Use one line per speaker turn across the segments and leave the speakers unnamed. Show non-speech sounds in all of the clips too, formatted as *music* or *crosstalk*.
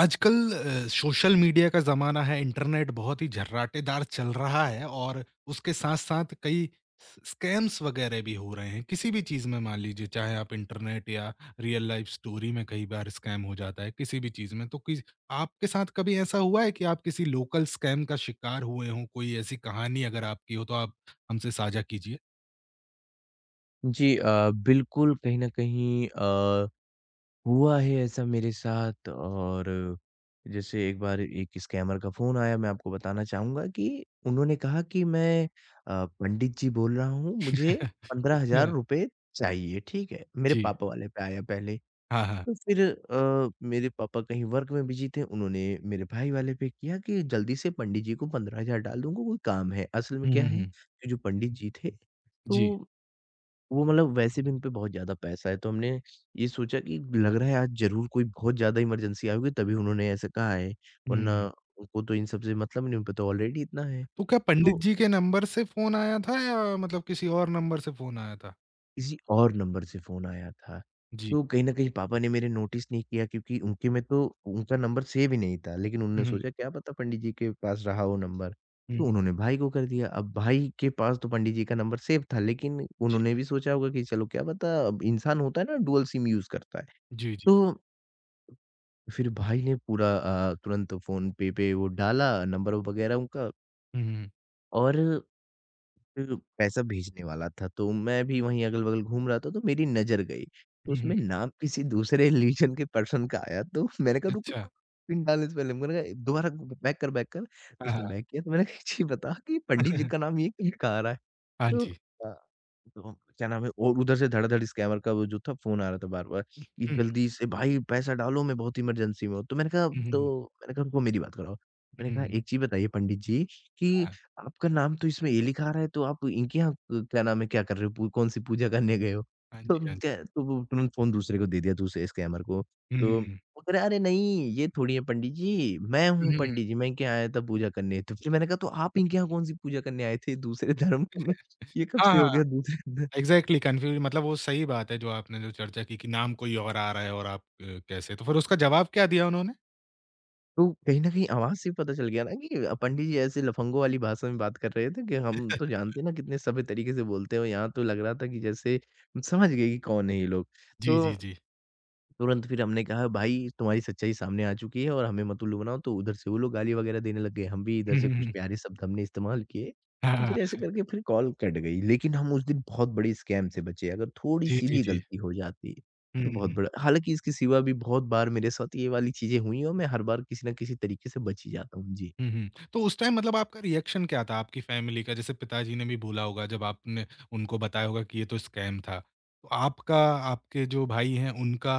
आजकल social media का ज़माना है। इंटरनेट बहुत ही झर्राटेदार चल रहा है और उसके साथ-साथ कई स स्कैम्स वगैरह भी हो रहे हैं। किसी भी चीज़ में मान लीजिए, चाहे आप इंटरनेट या रियल लाइफ़ स्टोरी में, कई बार स्कैम हो जाता है, किसी भी चीज़ में। तो किस आपके साथ कभी ऐसा हुआ है कि आप किसी लोकल स्कैम का शिकार हुए हों? कोई ऐसी कहानी अगर आपकी हो, तो आप हमसे साझा कीजिए।
जी बिल्कुल, कहीं न कहीं हुआ है ऐसा मेरे साथ और जैसे एक बार एक स्कैमर का फ़ोन आया, मैं आपको बताना चाहूँगा कि उन्होंने कहा कि मैं पंडित जी बोल रहा हूँ, मुझे
*laughs*
15,000
अच्छा,
रुपए चाहिए, ठीक है? मेरे
जी।
पापा वाले पे आया पहले।
हाँ, हाँ।
तो फिर मेरे पापा कहीं वर्क में बिज़ी थे, उन्होंने मेरे भाई वाले पे किया कि जल्दी से पंडित जी को 15,000 डाल दूँगा, कोई काम है। असल में
हुँ,
क्या
हुँ,
है
हुँ।
कि जो पंडित जी थे,
जी।
तो वो मतलब वैसे भी उन पे बहुत ज़्यादा पैसा है, तो हमने ये सोचा कि लग रहा है आज ज़रूर कोई बहुत ज़्यादा इमरजेंसी आई होगी तभी उन्होंने ऐसा कहा है,
हुँ,
वरना
हुँ।
उनको तो इन सब से मतलब नहीं, उन पे तो ऑलरेडी इतना है।
तो क्या पंडित
तो
जी के नंबर से फ़ोन आया था या मतलब किसी और नंबर से फ़ोन आया था?
किसी और नंबर से फ़ोन आया था,
जी।
तो कहीं न कहीं पापा ने मेरे नोटिस नहीं किया क्योंकि उनके में तो उनका नंबर सेव ही नहीं था, लेकिन
हुँ,
उन्होंने
हुँ,
सोचा क्या पता पंडित जी के पास रहा हो नंबर, तो
हुँ,
उन्होंने भाई को कर दिया। अब भाई के पास तो पंडित जी का नंबर सेव था लेकिन
जी,
उन्होंने भी सोचा होगा कि चलो क्या पता अब इंसान होता है ना, डुअल सिम यूज़ करता है,
जी, जी।
तो फिर भाई ने पूरा तुरंत फ़ोन पे पे वो डाला नंबर वगैरह उनका
हुँ, हुँ,
और फिर पैसा भेजने वाला था, तो मैं भी वहीं अगल-बगल घूम रहा था, तो मेरी नज़र गई। तो
हुँ, हुँ, हुँ,
उसमें नाम किसी दूसरे रिलीजन के पर्सन का आया, तो मैंने कहा, "रुक, रुक,
अच्छा।
रुक, पिन डालने से पहले" मैंने कहा, "दोबारा बैक कर, बैक कर।" तो
हाँ,
उसने
हाँ।
बैक किया, तो मैंने कहा, "जी बता कि पंडित जी का नाम ये कहाँ आ रहा है?"
हाँ
तो
जी।
अ, तो क्या नाम है और उधर से धड़ाधड़ स्कैमर का वो जो था फ़ोन आ रहा था बार-बार
हुँ,
कि
हुँ,
जल्दी से भाई पैसा डालो मैं बहुत इमरजेंसी में हूँ। तो मैंने कहा
हुँ,
तो
हुँ,
मैंने कहा रुको मेरी बात कराओ। मैंने
हुँ,
कहा
हुँ,
एक चीज़ बताइए पंडित जी कि
हाँ,
आपका नाम तो इसमें ये लिखा आ रहा है तो आप इनके यहाँ क्या नाम है क्या कर रहे हो? पू कौन-सी पूजा करने गए हो?
हाँ
तो
जी, हाँ जी।
उनका तो वो तुरंत फ़ोन दूसरे को दे दिया दूसरे स्कैमर को।
हुँ, हुँ,
तो
हुँ,
वो कह रहा है अरे नहीं ये थोड़ी है पंडित जी, मैं
हुँ,
हूँ
हुँ,
पंडित जी, मैं इनके यहाँ आया था पूजा करने। तो फिर मैंने कहा तो आप इनके यहाँ कौन-सी पूजा करने आए थे दूसरे धर्म में? ये कब
हाँ,
से हो
हाँ।
गया दूसरे अंदर?
इग्ज़ैक्टली कन्फ्यूज़, मतलब वो सही बात है जो आपने जो चर्चा की कि नाम कोई और आ रहा है और आप कैसे? तो फिर उसका जवाब क्या दिया उन्होंने?
तो कहीं न कहीं आवाज़ से ही पता चल गया ना कि पंडित जी ऐसे लफंगों वाली भाषा में बात कर रहे थे कि हम तो
*laughs*
जानते हैं ना कितने सभ्य तरीके से बोलते हो, यहाँ तो लग रहा था कि जैसे समझ गए कि कौन है ये लोग।
जी,
तो
जी, जी।
तुरंत फिर हमने कहा भाई तुम्हारी सच्चाई सामने आ चुकी है और हमें मत उल्लू बनाओ, तो उधर से वो लोग गाली वगैरह देने लग गए, हम भी इधर
हुँ,
से
हुँ,
कुछ
हुँ,
प्यारे शब्द हमने इस्तेमाल किए।
हाँ,
तो
हाँ,
फिर ऐसे करके फिर कॉल कट गई, लेकिन हम उस दिन बहुत बड़ी स्कैम से बचे, अगर
जी,
थोड़ी-सी
जी,
भी
जी।
गलती हो जाती
हुँ,
तो बहुत
हुँ।
बड़ा हालाँकि इसके सिवा भी बहुत बार मेरे साथ ये वाली चीज़ें हुई हैं और मैं हर बार किसी न किसी तरीके से बच ही जाता हूँ। जी।
हुँ, हुँ। तो उस टाइम मतलब आपका रिएक्शन क्या था, आपकी फैमिली का? जैसे पिताजी ने भी बोला होगा जब आपने उनको बताया होगा कि ये तो स्कैम था। तो आपका, आपके जो भाई हैं उनका,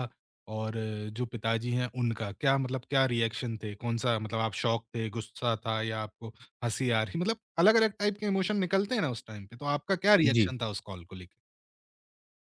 और जो पिताजी हैं उनका, क्या मतलब क्या रिएक्शन थे? कौन-सा, मतलब आप शॉक थे, गुस्सा था, या आपको हँसी आ रही, मतलब अलग-अलग टाइप के इमोशन निकलते हैं ना उस टाइम पे, तो आपका क्या
जी।
रिएक्शन था उस कॉल को लेके?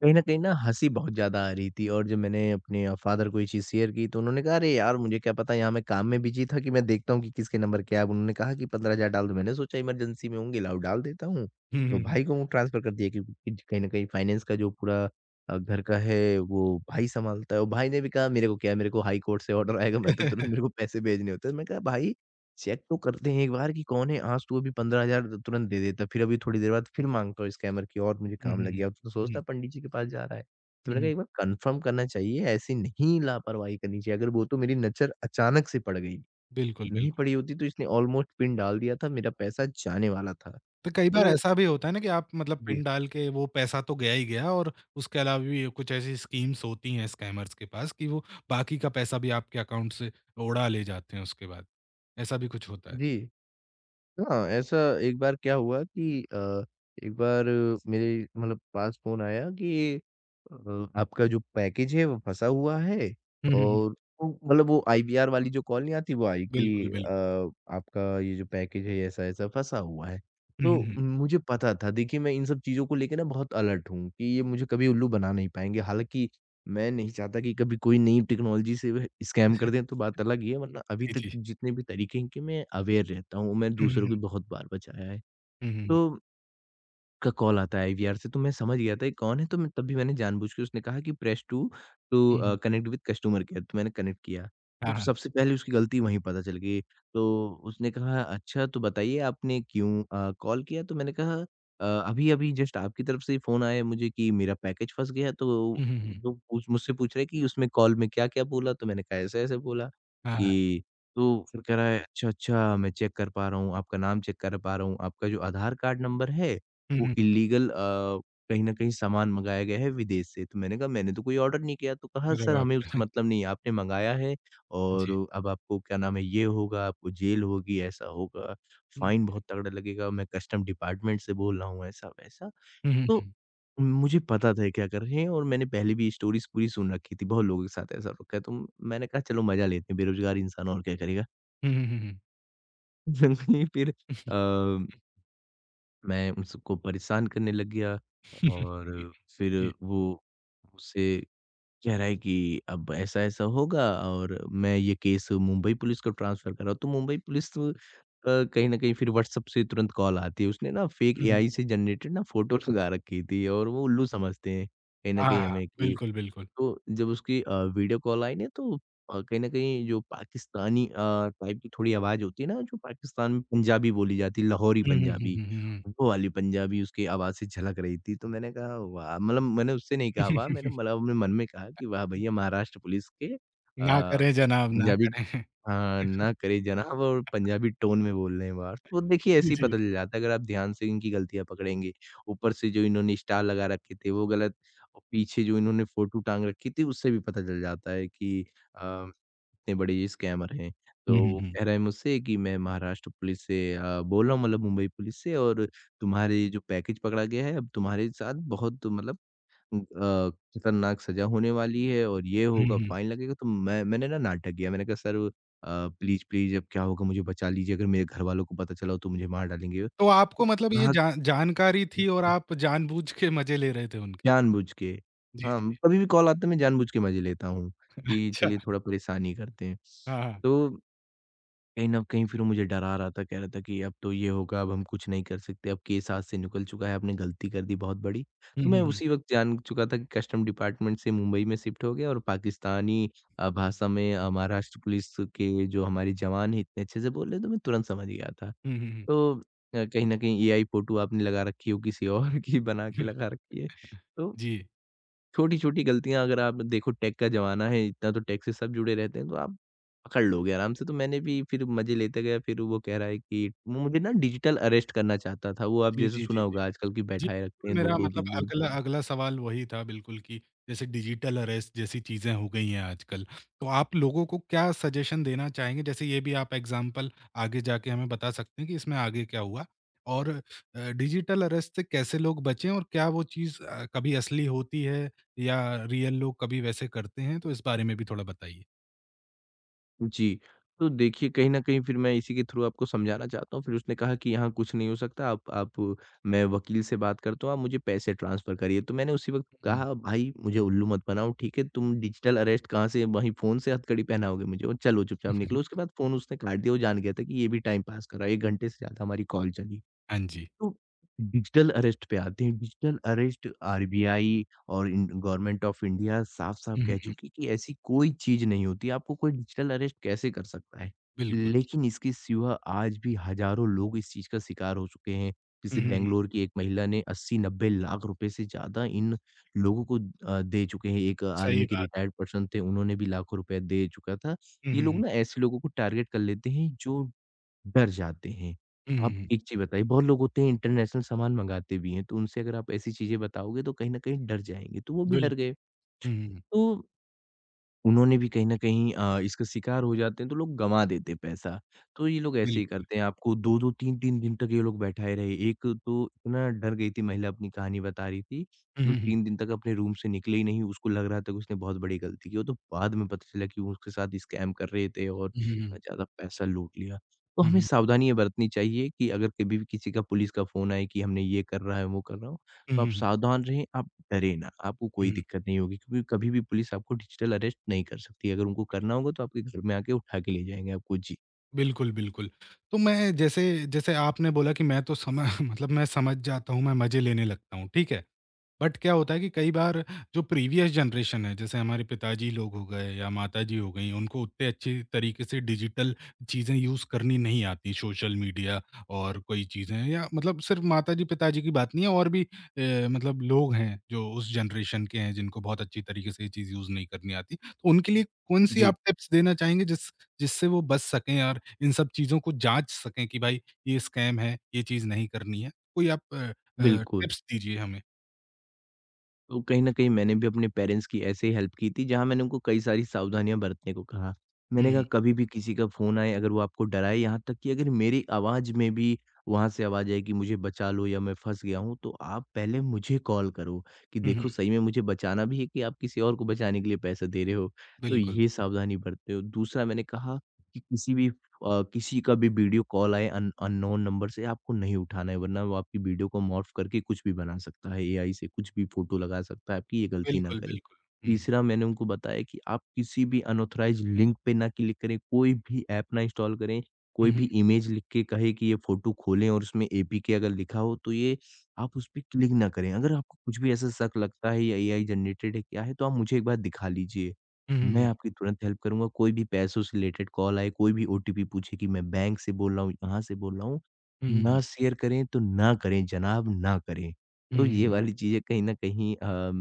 कहीं न कहीं ना हँसी बहुत ज़्यादा आ रही थी और जब मैंने अपने फ़ादर को ये चीज़ शेयर की तो उन्होंने कहा, "अरे यार! मुझे क्या पता यहाँ मैं काम में बिज़ी था कि मैं देखता हूँ कि किसके नंबर क्या है।" अब उन्होंने कहा कि 15,000 डाल दो, मैंने सोचा इमरजेंसी में होंगे, लाओ डाल देता हूँ।
हुँ, हुँ,
तो
हुँ।
भाई को ट्रांसफ़र कर दिया क्योंकि कहीं न कहीं फाइनेंस का जो पूरा घर का है वो भाई सँभालता है और भाई ने भी कहा, "मेरे को क्या है, मेरे को हाई कोर्ट से ऑर्डर आएगा, मैं तो तुरंत
*laughs*
मेरे को पैसे भेजने होते हैं।" मैं कहा, "भाई चेक तो करते हैं एक बार कि कौन है, आज तू अभी 15,000 तुरंत दे देता, फिर अभी थोड़ी देर बाद फिर माँगता हो स्कैमर की और मुझे
हुँ,
काम
हुँ,
लग
हुँ।
गया। अब तो सोचता
हुँ,
है पंडित जी के पास जा रहा है। तो
हुँ,
मैंने
हुँ।
कहा एक बार कन्फर्म करना चाहिए, ऐसे नहीं लापरवाही करनी चाहिए। अगर वो तो मेरी नज़र अचानक से पड़ गई,
*laughs* बिल्कुल,
नहीं
बिल्कुल।
पड़ी होती तो इसने ऑलमोस्ट पिन डाल दिया था, मेरा पैसा जाने वाला था।
तो कई बार
तो
ऐसा भी होता है ना कि आप मतलब
जी,
पिन डाल के वो पैसा तो गया ही गया, और उसके अलावा भी कुछ ऐसी स्कीम्स होती हैं स्कैमर्स के पास कि वो बाकी का पैसा भी आपके अकाउंट से उड़ा ले जाते हैं उसके बाद। ऐसा भी कुछ होता है।
जी। हाँ, ऐसा एक बार क्या हुआ कि एक बार मेरे मतलब पास फ़ोन आया कि आपका जो पैकेज है वो फँसा हुआ है
हुँ, हुँ, हुँ।
और वो मतलब वो आईवीआर वाली जो कॉल नहीं आती वो आई कि
बिल्कुल, बिल्कुल।
आपका ये जो पैकेज है ऐसा-ऐसा फँसा हुआ है।
हुँ, हुँ,
तो
हुँ।
मुझे पता था देखिए मैं इन सब चीज़ों को लेके ना बहुत अलर्ट हूँ कि ये मुझे कभी उल्लू बना नहीं पाएँगे। हालाँकि मैं नहीं चाहता कि कभी कोई नई टेक्नोलॉजी से वह स्कैम कर दें तो बात अलग ही है वरना अभी
जी,
तक
जी।
जितने भी तरीके हैं इनके मैं अवेयर रहता हूँ। मैंने
हुँ, हुँ,
दूसरों
हुँ।
को भी बहुत बार बचाया है।
हुँ, हुँ,
तो का कॉल आता है आईवीआर से तो मैं समझ गया था ये कौन है तो मैं तब भी मैंने जानबूझ के उसने कहा कि प्रेस 2 टू
हुँ, हुँ।
कनेक्ट विद कस्टमर केयर तो मैंने कनेक्ट किया।
हाँ,
तो
हाँ।
सबसे पहले उसकी गलती वहीं पता चल गई। तो उसने कहा अच्छा तो बताइए आपने क्यों कॉल किया? तो मैंने कहा अभी-अभी जस्ट आपकी तरफ से फ़ोन आया मुझे कि मेरा पैकेज फँस गया तो
हुँ, हुँ, हुँ।
लोग पूछ मुझसे पूछ रहे हैं कि उसमें कॉल में क्या-क्या बोला? तो मैंने कहा ऐसे-ऐसे बोला
हाँ, हाँ।
कि तो फिर कह रहा है अच्छा, अच्छा मैं चेक कर पा रहा हूँ, आपका नाम चेक कर पा रहा हूँ, आपका जो आधार कार्ड नंबर है
हुँ,
वो
हुँ।
इल्लीगल कहीं न कहीं सामान मँगाया गया है विदेश से। तो मैंने कहा मैंने तो कोई ऑर्डर नहीं किया। तो कहा
अरे
सर
बाप
हमें
रे!
उससे
*laughs*
मतलब नहीं है, आपने मँगाया है
जी।
और अब आपको क्या नाम है ये होगा, आपको जेल होगी, ऐसा होगा,
हुँ,
फाइन बहुत तगड़ा लगेगा, मैं कस्टम डिपार्टमेंट से बोल रहा हूँ ऐसा-वैसा।
हुँ, हुँ,
तो
हुँ।
मुझे पता था ये क्या कर रहे हैं और मैंने पहले भी स्टोरीज़ पूरी सुन रखी थी, बहुत लोगों के साथ ऐसा रखा है। तो मैंने कहा चलो मज़ा लेते हैं, बेरोज़गार इंसान और क्या करेगा।
हुँ, हुँ, हुँ, हुँ।
*laughs* फिर अ मैं उन सबको परेशान करने लग गया
*laughs*
और फिर
जी।
वो मुझसे कह रहा है कि अब ऐसा-ऐसा होगा और मैं ये केस मुंबई पुलिस को ट्रांसफ़र कर रहा हूँ। तो मुंबई पुलिस तो कहीं न कहीं फिर व्हाट्सएप से तुरंत कॉल आती है। उसने ना फेक
हुँ, हुँ।
एआई से जनरेटेड ना फ़ोटो लगा रखी थी और वो उल्लू समझते हैं कहीं न
हाँ,
कहीं
हाँ।
हमें कि
बिल्कुल, बिल्कुल।
तो जब उसकी वीडियो कॉल आई ना तो कहीं न कहीं जो पाकिस्तानी टाइप की थोड़ी आवाज़ होती है ना जो पाकिस्तान में पंजाबी बोली जाती है, लाहौरी
हुँ, हुँ, हुँ,
पंजाबी,
हुँ, हुँ, हुँ।
वो वाली पंजाबी उसकी आवाज़ से झलक रही थी। तो मैंने कहा वाह! मतलब मैंने उससे नहीं कहा वाह! मैंने
*laughs*
मतलब अपने मन में कहा कि वाह भैया महाराष्ट्र पुलिस के
ना करें जनाब, ना
पंजाबी
करें।
हाँ, ना करे जनाब और पंजाबी टोन में बोल रहे हैं बाहर। तो देखिए
जी,
ऐसे ही
जी।
पता चल जाता है अगर आप ध्यान से इनकी गलतियाँ पकड़ेंगे। ऊपर से जो इन्होंने स्टार लगा रखे थे वो गलत और पीछे जो इन्होंने फ़ोटो टाँग रखी थी उससे भी पता चल जाता है कि अ, इतने बड़े ये स्कैमर हैं।
हुँ,
तो
हुँ,
वो
हुँ।
कह रहा है मुझसे कि मैं महाराष्ट्र पुलिस से बोल रहा हूँ मतलब मुंबई पुलिस से और तुम्हारे जो पैकेज पकड़ा गया है अब तुम्हारे साथ बहुत मतलब उम, अ, खतरनाक सज़ा होने वाली है और ये
हुँ,
होगा,
हुँ।
फाइन लगेगा। तो मैंने ना नाटक किया, मैंने कहा सर अ, प्लीज़, प्लीज़ अब क्या होगा मुझे बचा लीजिए, अगर मेरे घरवालों को पता चला तो मुझे मार डालेंगे।
तो
तो
आपको मतलब ये
कहा
जा जानकारी थी और आप जानबूझ के मज़े ले रहे थे उनके।
जानबूझ के
जी,
हाँ,
जी।
कभी भी कॉल आता है मैं जानबूझ के मज़े लेता हूँ, कि
अच्छा।
चलिए थोड़ा परेशान ही करते हैं।
हाँ, हाँ।
तो कहीं न कहीं फिर वो मुझे डरा रहा था, कह रहा था कि अब तो ये होगा, अब हम कुछ नहीं कर सकते, अब केस हाथ से निकल चुका है, आपने गलती कर दी बहुत बड़ी।
हुँ,
तो
हुँ,
मैं
हुँ।
उसी वक़्त जान चुका था कि कस्टम डिपार्टमेंट से मुंबई में शिफ्ट हो गया और पाकिस्तानी भाषा में महाराष्ट्र पुलिस के जो हमारे जवान हैं, इतने अच्छे से बोल रहे हैं, तो मैं तुरंत समझ गया था।
हुँ, हुँ,
तो कहीं न कहीं एआई फ़ोटो आपने लगा रखी हो, किसी और *laughs* की बना के
हुँ।
लगा रखी है। तो
जी।
छोटी-छोटी गलतियाँ अगर आप देखो टेक का ज़माना है, इतना तो टेक से सब जुड़े रहते हैं, तो आप पकड़ लोगे आराम से। तो मैंने भी फिर मज़े लेते गया, फिर वो कह रहा है कि वो मुझे ना डिजिटल अरेस्ट करना चाहता था। वो आप
जी,
जैसे
जी, जी,
सुना
जी।
होगा आजकल कि
जी,
बैठाए रखते हैं
मेरा
2-2
मतलब
दिन-दिन।
अगला अगला सवाल वही था बिल्कुल कि जैसे डिजिटल अरेस्ट जैसी चीज़ें हो गई हैं आजकल, तो आप लोगों को क्या सजेशन देना चाहेंगे? जैसे ये भी आप एग्ज़ाम्पल आगे जाके हमें बता सकते हैं कि इसमें आगे क्या हुआ? और डिजिटल अरेस्ट से कैसे लोग बचें, और क्या वो चीज़ कभी असली होती है, या रियल लोग कभी वैसे करते हैं? तो इस बारे में भी थोड़ा बताइए।
जी। तो देखिए, कहीं न कहीं फिर मैं इसी के थ्रू आपको समझाना चाहता हूँ। फिर उसने कहा कि यहाँ कुछ नहीं हो सकता, आप मैं वकील से बात करता हूँ, आप मुझे पैसे ट्रांसफ़र करिए। तो मैंने उसी वक़्त
हुँ,
कहा, "भाई मुझे उल्लू मत बनाओ, ठीक है? तुम डिजिटल अरेस्ट कहाँ से वहीं फ़ोन से हथकड़ी पहनाओगे मुझे और चलो चुपचाप
हुँ।
निकलो।" उसके बाद फ़ोन उसने काट दिया, वो जान गया था कि ये भी टाइम पास कर रहा है। 1 घंटे से ज़्यादा हमारी कॉल चली।
हाँ जी।
तो डिजिटल अरेस्ट पे आते हैं। डिजिटल अरेस्ट आरबीआई और इन गवर्नमेंट ऑफ इंडिया साफ-साफ
हुँ, हुँ,
कह
हुँ।
चुकी है कि ऐसी कोई चीज़ नहीं होती। आपको कोई डिजिटल अरेस्ट कैसे कर सकता है?
बिल्कुल।
लेकिन इसके सिवा आज भी हज़ारों लोग इस चीज़ का शिकार हो चुके हैं।
हुँ,
जैसे
हुँ, हुँ।
बैंगलोर की एक महिला ने 80-90 लाख रुपए से ज़्यादा इन लोगों को दे चुके हैं। एक
सही
आर्मी के
बात
रिटायर्ड पर्सन थे, उन्होंने भी लाखों रुपए दे चुका था।
है। हुँ,
ये
हुँ,
लोग
हुँ।
ना ऐसे लोगों को टारगेट कर लेते हैं जो डर जाते हैं।
हुँ, हुँ,
अब
हुँ।
एक चीज़ बताइए, बहुत लोग होते हैं इंटरनेशनल सामान मँगाते भी हैं, तो उनसे अगर आप ऐसी चीज़ें बताओगे तो कहीं न कहीं डर जाएँगे, तो वो भी डर
बिल्कुल।
गए।
हुँ, हुँ, हुँ।
तो उन्होंने भी कहीं न कहीं इसका शिकार हो जाते हैं, तो लोग गँवा देते हैं पैसा। तो ये लोग ऐसे ही
बिल्कुल।
करते हैं, आपको 2-2 3-3 दिन तक ये लोग बैठाए रहे। एक तो इतना डर गई थी महिला अपनी कहानी बता रही थी,
हुँ,
कि वो
हुँ, हुँ।
3 दिन तक अपने रूम से निकले ही नहीं, उसको लग रहा था कि उसने बहुत बड़ी गलती की हो, तो बाद में पता चला कि वो उसके साथ स्कैम कर रहे थे और
嗯
इतना ज़्यादा पैसा लूट लिया। तो हमें
嗯
सावधानी ये बरतनी चाहिए कि अगर कभी भी किसी का पुलिस का फ़ोन आए कि हमने ये कर रहा है, वो कर रहा हूँ तो
嗯
आप
嗯
सावधान रहें, आप डरें ना, आपको कोई
嗯。
दिक्कत नहीं होगी क्योंकि कभी भी पुलिस आपको डिजिटल अरेस्ट नहीं कर सकती। अगर उनको करना होगा तो आपके घर में आके उठा के ले जाएँगे आपको। जी।
बिल्कुल, बिल्कुल। तो मैं, जैसे जैसे आपने बोला कि मैं तो सम *laughs* मतलब मैं समझ जाता हूँ, मैं मज़े लेने लगता हूँ, ठीक है? बट क्या होता है कि कई बार जो प्रीवियस जनरेशन है, जैसे हमारे पिताजी लोग हो गए या माताजी हो गईं, उनको उतने अच्छी तरीके से डिजिटल चीज़ें यूज़ करनी नहीं आती, सोशल मीडिया और कोई चीज़ें, या मतलब सिर्फ़ माताजी, पिताजी की बात नहीं है, और भी मतलब लोग हैं जो उस जनरेशन के हैं, जिनको बहुत अच्छी तरीके से ये चीज़ यूज़ नहीं करनी आती। तो उनके लिए कौन-सी
जी,
आप टिप्स देना चाहेंगे जिससे वो बच सकें और इन सब चीज़ों को जाँच सकें कि भाई ये स्कैम है, ये चीज़ नहीं करनी है। कोई आप
बिल्कुल।
टिप्स दीजिए हमें।
तो कहीं न कहीं मैंने भी अपने पेरेंट्स की ऐसे ही हेल्प की थी, जहाँ मैंने उनको कई सारी सावधानियाँ बरतने को कहा। मैंने कहा
हुँ,
कभी भी किसी का फ़ोन आए अगर वो आपको डराए यहाँ तक कि अगर मेरी आवाज़ में भी वहाँ से आवाज़ आए कि मुझे बचा लो या मैं फँस गया हूँ, तो आप पहले मुझे कॉल करो कि
हुँ, हुँ,
देखो सही में मुझे बचाना भी है कि आप किसी और को बचाने के लिए पैसा दे रहे हो। तो
बिल्कुल,
ये सावधानी बरते हो। दूसरा मैंने कहा कि किसी भी किसी का भी वीडियो कॉल आए अन अननोन नंबर से आपको नहीं उठाना है वरना वो आपकी वीडियो को मॉर्फ करके कुछ भी बना सकता है, एआई से कुछ भी फ़ोटो लगा सकता है, आपकी ये गलती ना
बिल्कुल,
करें।
बिल्कुल। हुँ,
तीसरा मैंने उनको बताया कि आप किसी भी अनऑथराइज़्ड लिंक पे ना क्लिक करें, कोई भी ऐप ना इंस्टॉल करें,
हुँ,
कोई भी
हुँ,
इमेज लिख के कहे कि ये फ़ोटो खोलें और उसमें एपीके अगर लिखा हो तो ये आप उस पे क्लिक ना करें। अगर आपको कुछ भी ऐसा शक लगता है या एआई जनरेटेड है, क्या है, तो आप मुझे एक बार दिखा लीजिए।
हुँ, हुँ,
मैं
हुँ,
आपकी तुरंत हेल्प करूँगा, कोई भी पैसों से रिलेटेड कॉल आए, कोई भी ओटीपी पूछे कि मैं बैंक से बोल रहा हूँ, यहाँ से बोल रहा हूँ,
हुँ, हुँ, हुँ,
ना शेयर करें तो ना करें जनाब, ना करें। तो ये
हुँ,
वाली चीज़ें कहीं न कहीं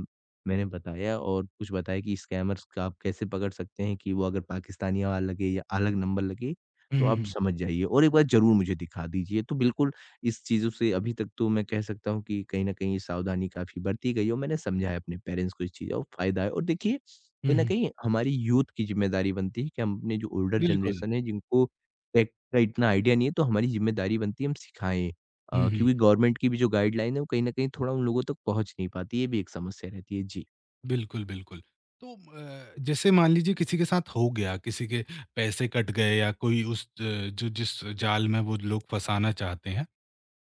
मैंने बताया और कुछ बताया कि स्कैमर्स का आप कैसे पकड़ सकते हैं कि वो अगर पाकिस्तानी वाला लगे या अलग नंबर लगे, तो आप
हुँ,
समझ जाइए और एक बार ज़रूर मुझे दिखा दीजिए। तो बिल्कुल इस चीज़ों से अभी तक तो मैं कह सकता हूँ कि कहीं न कहीं सावधानी काफ़ी बरती गई है और मैंने समझा है अपने पेरेंट्स को इस चीज़ का और फ़ायदा है और देखिए
हुँ,
कहीं न
हुँ,
कहीं हमारी यूथ की ज़िम्मेदारी बनती है कि हम अपने जो ओल्डर
बिल्कुल।
जनरेशन है जिनको टेक का इतना आइडिया नहीं है तो हमारी ज़िम्मेदारी बनती है हम सिखाएँ।
हुँ, हुँ,
क्योंकि गवर्नमेंट की भी जो गाइडलाइन है वो कहीं न कहीं थोड़ा उन लोगों तक पहुँच नहीं पाती है, ये भी एक समस्या रहती है। जी।
बिल्कुल, बिल्कुल। तो जैसे मान लीजिए किसी के साथ हो गया, किसी के पैसे कट गए, या कोई उस ज जो जिस जाल में वो लोग फँसाना चाहते हैं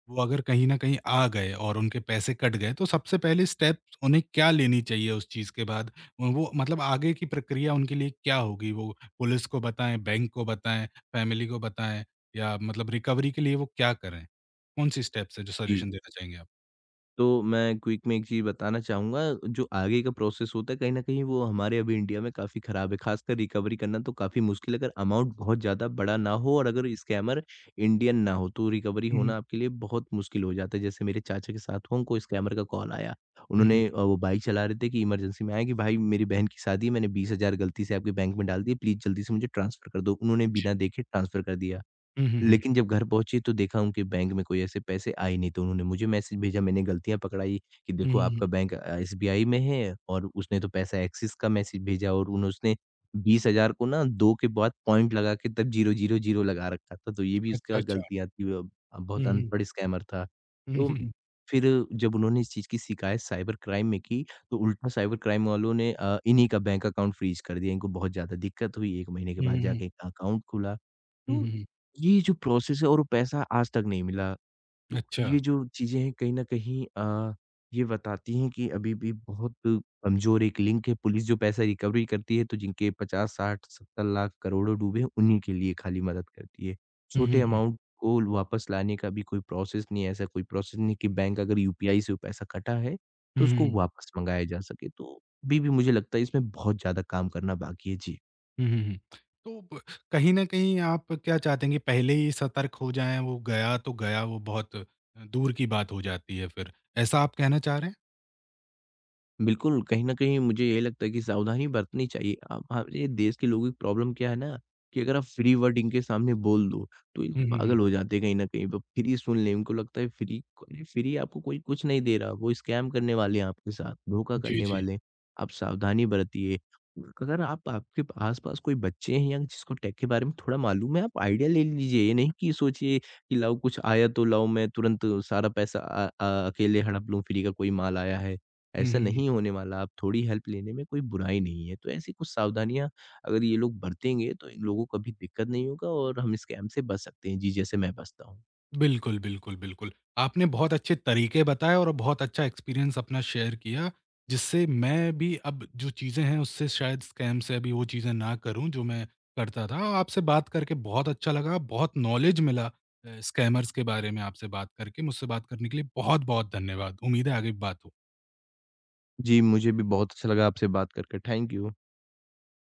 वो अगर कहीं न कहीं आ गए और उनके पैसे कट गए, तो सबसे पहले स्टेप्स उन्हें क्या लेनी चाहिए उस चीज़ के बाद? वो मतलब आगे की प्रक्रिया उनके लिए क्या होगी? वो पुलिस को बताएँ, बैंक को बताएँ, फैमिली को बताएँ, या मतलब रिकवरी के लिए वो क्या करें? कौन-सी स्टेप्स हैं जो
जी।
सजेशन देना चाहेंगे आप?
तो मैं क्विक में एक चीज़ बताना चाहूँगा, जो आगे का प्रोसेस होता है, कहीं न कहीं वो हमारे अभी इंडिया में काफ़ी खराब है, ख़ासकर रिकवरी करना तो काफ़ी मुश्किल है, अगर अमाउंट बहुत ज़्यादा बड़ा ना हो और अगर स्कैमर इंडियन ना हो, तो रिकवरी
हुँ, हुँ।
होना आपके लिए बहुत मुश्किल हो जाता है। जैसे मेरे चाचा के साथ हुआ, उनको स्कैमर का कॉल आया,
हुँ, हुँ।
उन्होंने वो बाइक चला रहे थे कि इमरजेंसी में आए कि, "भाई, मेरी बहन की शादी है, मैंने 20,000 गलती से आपके बैंक में डाल दिए, प्लीज़ जल्दी से मुझे ट्रांसफ़र कर दो।" उन्होंने
जी।
बिना देखे ट्रांसफ़र कर दिया।
हुँ, हुँ, हुँ।
लेकिन जब घर पहुँची तो देखा उनके बैंक में कोई ऐसे पैसे आए ही नहीं, तो उन्होंने मुझे मैसेज भेजा, मैंने गलतियाँ पकड़ाई कि
हुँ,
देखो
हुँ, हुँ।
आपका बैंक एसबीआई में है और उसने तो पैसा एक्सिस का मैसेज भेजा और उन उसने 20,000 को ना 2 के बाद पॉइंट लगा के तब 0,0,0 लगा रखा था, तो ये भी
अच्छा,
उसका
अच्छा।
गलतियाँ थी
हुँ,
बहुत
हुँ।
अनपढ़ स्कैमर था।
हुँ, हुँ,
तो
हुँ।
फिर जब उन्होंने इस चीज़ की शिकायत साइबर क्राइम में की, तो उल्टा साइबर क्राइम वालों ने इन्हीं का बैंक अकाउंट फ्रीज़ कर दिया, इनको बहुत ज़्यादा दिक्कत हुई, 1 महीने के
हुँ,
बाद
हुँ, हुँ।
जाके इनका अकाउंट खुला।
हुँ,
तो
हुँ, हुँ।
ये जो प्रोसेस है और वो पैसा आज तक नहीं मिला। तो
अच्छा।
ये जो चीज़ें हैं कहीं न कहीं ये बताती हैं कि अभी भी बहुत कमज़ोर एक लिंक है। पुलिस जो पैसा रिकवरी करती है तो जिनके 50, 60, 70 लाख करोड़ों डूबे हैं उन्हीं के लिए खाली मदद करती है।
हुँ, हुँ,
छोटे
हुँ।
अमाउंट को वापस लाने का भी कोई प्रोसेस नहीं है। ऐसा कोई प्रोसेस नहीं कि बैंक अगर यूपीआई से वो पैसा कटा है
हुँ,
तो
हुँ,
उसको
हुँ।
वापस मँगाया जा सके। तो अभी भी मुझे लगता है इसमें बहुत ज़्यादा काम करना बाकी है। जी।
हुँ, हुँ, हुँ। तो ब कहीं न कहीं आप क्या चाहते हैं कि पहले ही सतर्क हो जाएँ, वो गया तो गया, वो बहुत दूर की बात हो जाती है फिर। ऐसा आप कहना चाह रहे हैं?
बिल्कुल, कहीं न कहीं मुझे यही लगता है कि सावधानी बरतनी चाहिए। अब हमारे देश के लोगों की प्रॉब्लम क्या है ना कि अगर आप फ्री वर्ड इनके सामने बोल दो, तो ये लोग
हुँ, हुँ,
पागल
हुँ।
हो जाते हैं कहीं न कहीं। वो फ्री सुन लें, उनको लगता है फ्री अरे! फ्री आपको कोई कुछ नहीं दे रहा। वो स्कैम करने वाले हैं आपके साथ, धोखा
जी,
करने
जी।
वाले हैं। आप सावधानी बरतिए। अगर आप आपके आस-पास कोई बच्चे हैं या जिसको टेक के बारे में थोड़ा मालूम है, आप आइडिया ले लीजिए। ये नहीं कि सोचिए कि लाओ कुछ आया तो लाओ मैं तुरंत सारा पैसा अकेले हड़प लूँ, फ्री का कोई माल आया है।
हुँ,
ऐसा
हुँ, हुँ।
नहीं होने वाला, आप थोड़ी हेल्प लेने में कोई बुराई नहीं है। तो ऐसी कुछ सावधानियाँ अगर ये लोग बरतेंगे तो इन लोगों को भी दिक्कत नहीं होगा और हम स्कैम से बच सकते हैं। जी, जैसे मैं बचता हूँ।
बिल्कुल, बिल्कुल, बिल्कुल। आपने बहुत अच्छे तरीके बताए और बहुत अच्छा एक्सपीरियंस अपना शेयर किया, जिससे मैं भी अब जो चीज़ें हैं उससे शायद स्कैम से अभी वो चीज़ें ना करूँ जो मैं करता था। आपसे बात करके बहुत अच्छा लगा, बहुत नॉलेज मिला स्कैमर्स के बारे में आपसे बात करके। मुझसे बात करने के लिए बहुत-बहुत धन्यवाद। उम्मीद है आगे भी बात हो
जी, मुझे भी बहुत अच्छा लगा आपसे बात करके। Thank you.